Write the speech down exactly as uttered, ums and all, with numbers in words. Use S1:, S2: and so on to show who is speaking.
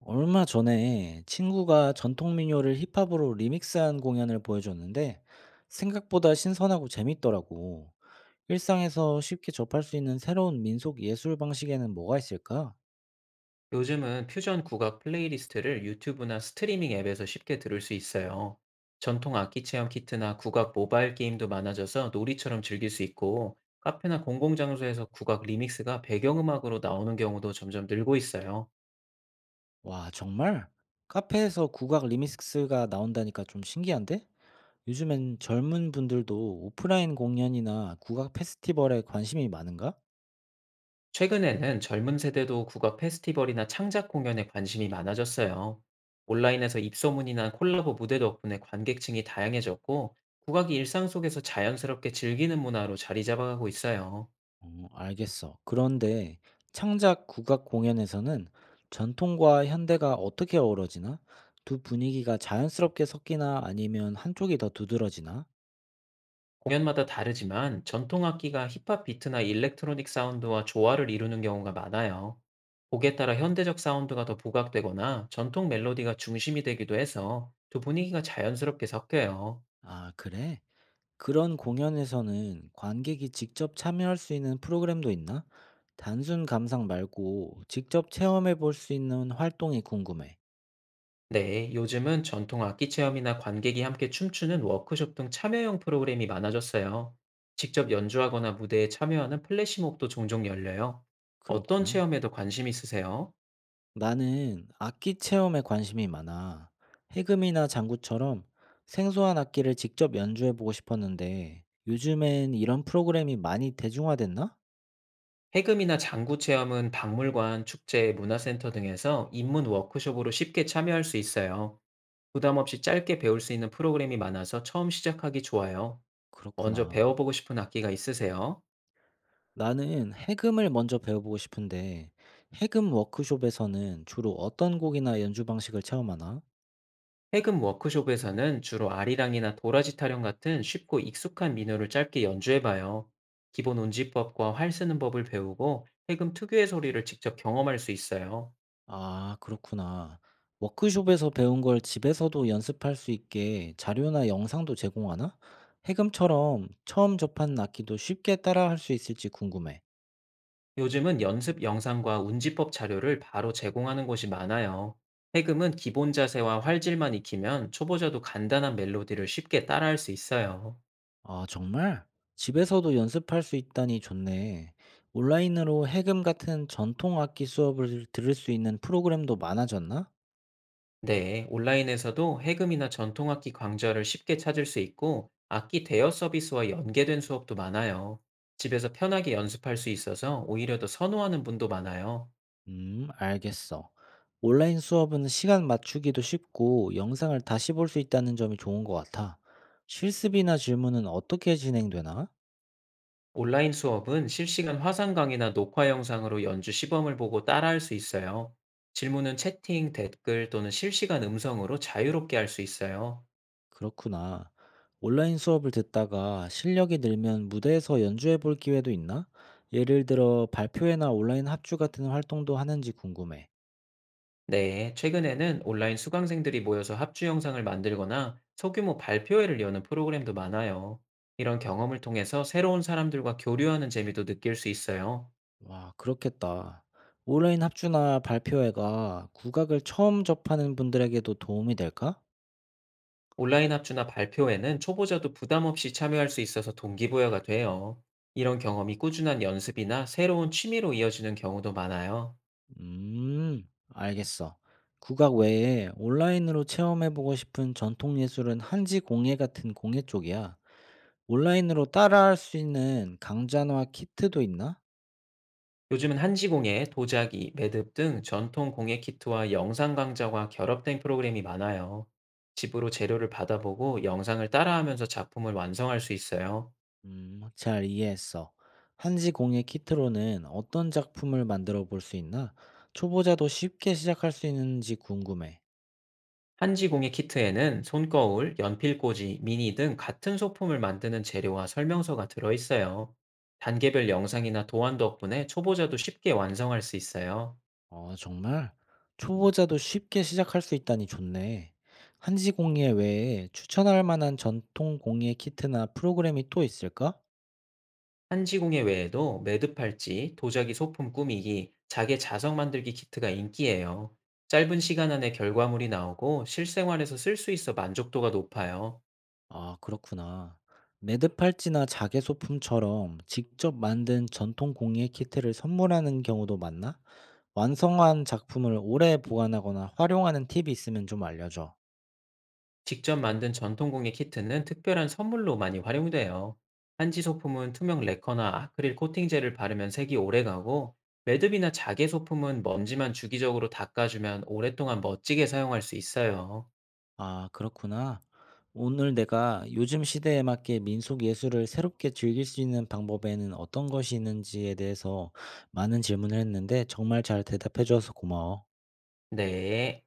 S1: 얼마 전에 친구가 전통 민요를 힙합으로 리믹스한 공연을 보여줬는데 생각보다 신선하고 재밌더라고. 일상에서 쉽게 접할 수 있는 새로운 민속 예술 방식에는 뭐가 있을까?
S2: 요즘은 퓨전 국악 플레이리스트를 유튜브나 스트리밍 앱에서 쉽게 들을 수 있어요. 전통 악기 체험 키트나 국악 모바일 게임도 많아져서 놀이처럼 즐길 수 있고, 카페나 공공장소에서 국악 리믹스가 배경음악으로 나오는 경우도 점점 늘고 있어요.
S1: 와, 정말? 카페에서 국악 리믹스가 나온다니까 좀 신기한데? 요즘엔 젊은 분들도 오프라인 공연이나 국악 페스티벌에 관심이 많은가?
S2: 최근에는 젊은 세대도 국악 페스티벌이나 창작 공연에 관심이 많아졌어요. 온라인에서 입소문이나 콜라보 무대 덕분에 관객층이 다양해졌고, 국악이 일상 속에서 자연스럽게 즐기는 문화로 자리 잡아가고 있어요.
S1: 어, 알겠어. 그런데 창작 국악 공연에서는 전통과 현대가 어떻게 어우러지나? 두 분위기가 자연스럽게 섞이나 아니면 한쪽이 더 두드러지나?
S2: 공연마다 다르지만 전통 악기가 힙합 비트나 일렉트로닉 사운드와 조화를 이루는 경우가 많아요. 곡에 따라 현대적 사운드가 더 부각되거나 전통 멜로디가 중심이 되기도 해서 두 분위기가 자연스럽게 섞여요.
S1: 아, 그래? 그런 공연에서는 관객이 직접 참여할 수 있는 프로그램도 있나? 단순 감상 말고 직접 체험해 볼 수 있는 활동이 궁금해.
S2: 네, 요즘은 전통 악기 체험이나 관객이 함께 춤추는 워크숍 등 참여형 프로그램이 많아졌어요. 직접 연주하거나 무대에 참여하는 플래시몹도 종종 열려요. 어떤
S1: 그렇구나.
S2: 체험에도 관심 있으세요?
S1: 나는 악기 체험에 관심이 많아. 해금이나 장구처럼 생소한 악기를 직접 연주해 보고 싶었는데 요즘엔 이런 프로그램이 많이 대중화됐나?
S2: 해금이나 장구 체험은 박물관, 축제, 문화센터 등에서 입문 워크숍으로 쉽게 참여할 수 있어요. 부담 없이 짧게 배울 수 있는 프로그램이 많아서 처음 시작하기 좋아요. 먼저
S1: 그렇구나.
S2: 배워보고 싶은 악기가 있으세요?
S1: 나는 해금을 먼저 배워보고 싶은데 해금 워크숍에서는 주로 어떤 곡이나 연주 방식을 체험하나?
S2: 해금 워크숍에서는 주로 아리랑이나 도라지 타령 같은 쉽고 익숙한 민요를 짧게 연주해봐요. 기본 운지법과 활 쓰는 법을 배우고 해금 특유의 소리를 직접 경험할 수 있어요.
S1: 아 그렇구나. 워크숍에서 배운 걸 집에서도 연습할 수 있게 자료나 영상도 제공하나? 해금처럼 처음 접하는 악기도 쉽게 따라할 수 있을지 궁금해.
S2: 요즘은 연습 영상과 운지법 자료를 바로 제공하는 곳이 많아요. 해금은 기본 자세와 활질만 익히면 초보자도 간단한 멜로디를 쉽게 따라할 수 있어요.
S1: 아, 정말? 집에서도 연습할 수 있다니 좋네. 온라인으로 해금 같은 전통 악기 수업을 들을 수 있는 프로그램도 많아졌나?
S2: 네, 온라인에서도 해금이나 전통악기 강좌를 쉽게 찾을 수 있고, 악기 대여 서비스와 연계된 수업도 많아요. 집에서 편하게 연습할 수 있어서 오히려 더 선호하는 분도 많아요.
S1: 음, 알겠어. 온라인 수업은 시간 맞추기도 쉽고 영상을 다시 볼 수 있다는 점이 좋은 것 같아. 실습이나 질문은 어떻게 진행되나?
S2: 온라인 수업은 실시간 화상 강의나 녹화 영상으로 연주 시범을 보고 따라할 수 있어요. 질문은 채팅, 댓글 또는 실시간 음성으로 자유롭게 할 수 있어요.
S1: 그렇구나. 온라인 수업을 듣다가 실력이 늘면 무대에서 연주해 볼 기회도 있나? 예를 들어 발표회나 온라인 합주 같은 활동도 하는지 궁금해.
S2: 네, 최근에는 온라인 수강생들이 모여서 합주 영상을 만들거나 소규모 발표회를 여는 프로그램도 많아요. 이런 경험을 통해서 새로운 사람들과 교류하는 재미도 느낄 수 있어요.
S1: 와, 그렇겠다. 온라인 합주나 발표회가 국악을 처음 접하는 분들에게도 도움이 될까?
S2: 온라인 합주나 발표회는 초보자도 부담 없이 참여할 수 있어서 동기부여가 돼요. 이런 경험이 꾸준한 연습이나 새로운 취미로 이어지는 경우도 많아요.
S1: 음, 알겠어. 국악 외에 온라인으로 체험해보고 싶은 전통 예술은 한지 공예 같은 공예 쪽이야. 온라인으로 따라할 수 있는 강좌나 키트도 있나?
S2: 요즘은 한지공예, 도자기, 매듭 등 전통 공예 키트와 영상 강좌와 결합된 프로그램이 많아요. 집으로 재료를 받아보고 영상을 따라하면서 작품을 완성할 수 있어요.
S1: 음, 잘 이해했어. 한지 공예 키트로는 어떤 작품을 만들어 볼 수 있나? 초보자도 쉽게 시작할 수 있는지 궁금해.
S2: 한지공예 키트에는 손거울, 연필꽂이, 미니 등 같은 소품을 만드는 재료와 설명서가 들어있어요. 단계별 영상이나 도안 덕분에 초보자도 쉽게 완성할 수 있어요.
S1: 아 정말? 초보자도 쉽게 시작할 수 있다니 좋네. 한지 공예 외에 추천할 만한 전통 공예 키트나 프로그램이 또 있을까?
S2: 한지공예 외에도 매듭팔찌, 도자기 소품 꾸미기, 자개 자석 만들기 키트가 인기예요. 짧은 시간 안에 결과물이 나오고 실생활에서 쓸 수 있어 만족도가 높아요.
S1: 아, 그렇구나. 매듭팔찌나 자개소품처럼 직접 만든 전통 공예 키트를 선물하는 경우도 많나? 완성한 작품을 오래 보관하거나 활용하는 팁이 있으면 좀 알려줘.
S2: 직접 만든 전통공예 키트는 특별한 선물로 많이 활용돼요. 한지 소품은 투명 레커나 아크릴 코팅제를 바르면 색이 오래 가고, 매듭이나 자개 소품은 먼지만 주기적으로 닦아주면 오랫동안 멋지게 사용할 수 있어요.
S1: 아, 그렇구나. 오늘 내가 요즘 시대에 맞게 민속 예술을 새롭게 즐길 수 있는 방법에는 어떤 것이 있는지에 대해서 많은 질문을 했는데 정말 잘 대답해 줘서 고마워.
S2: 네.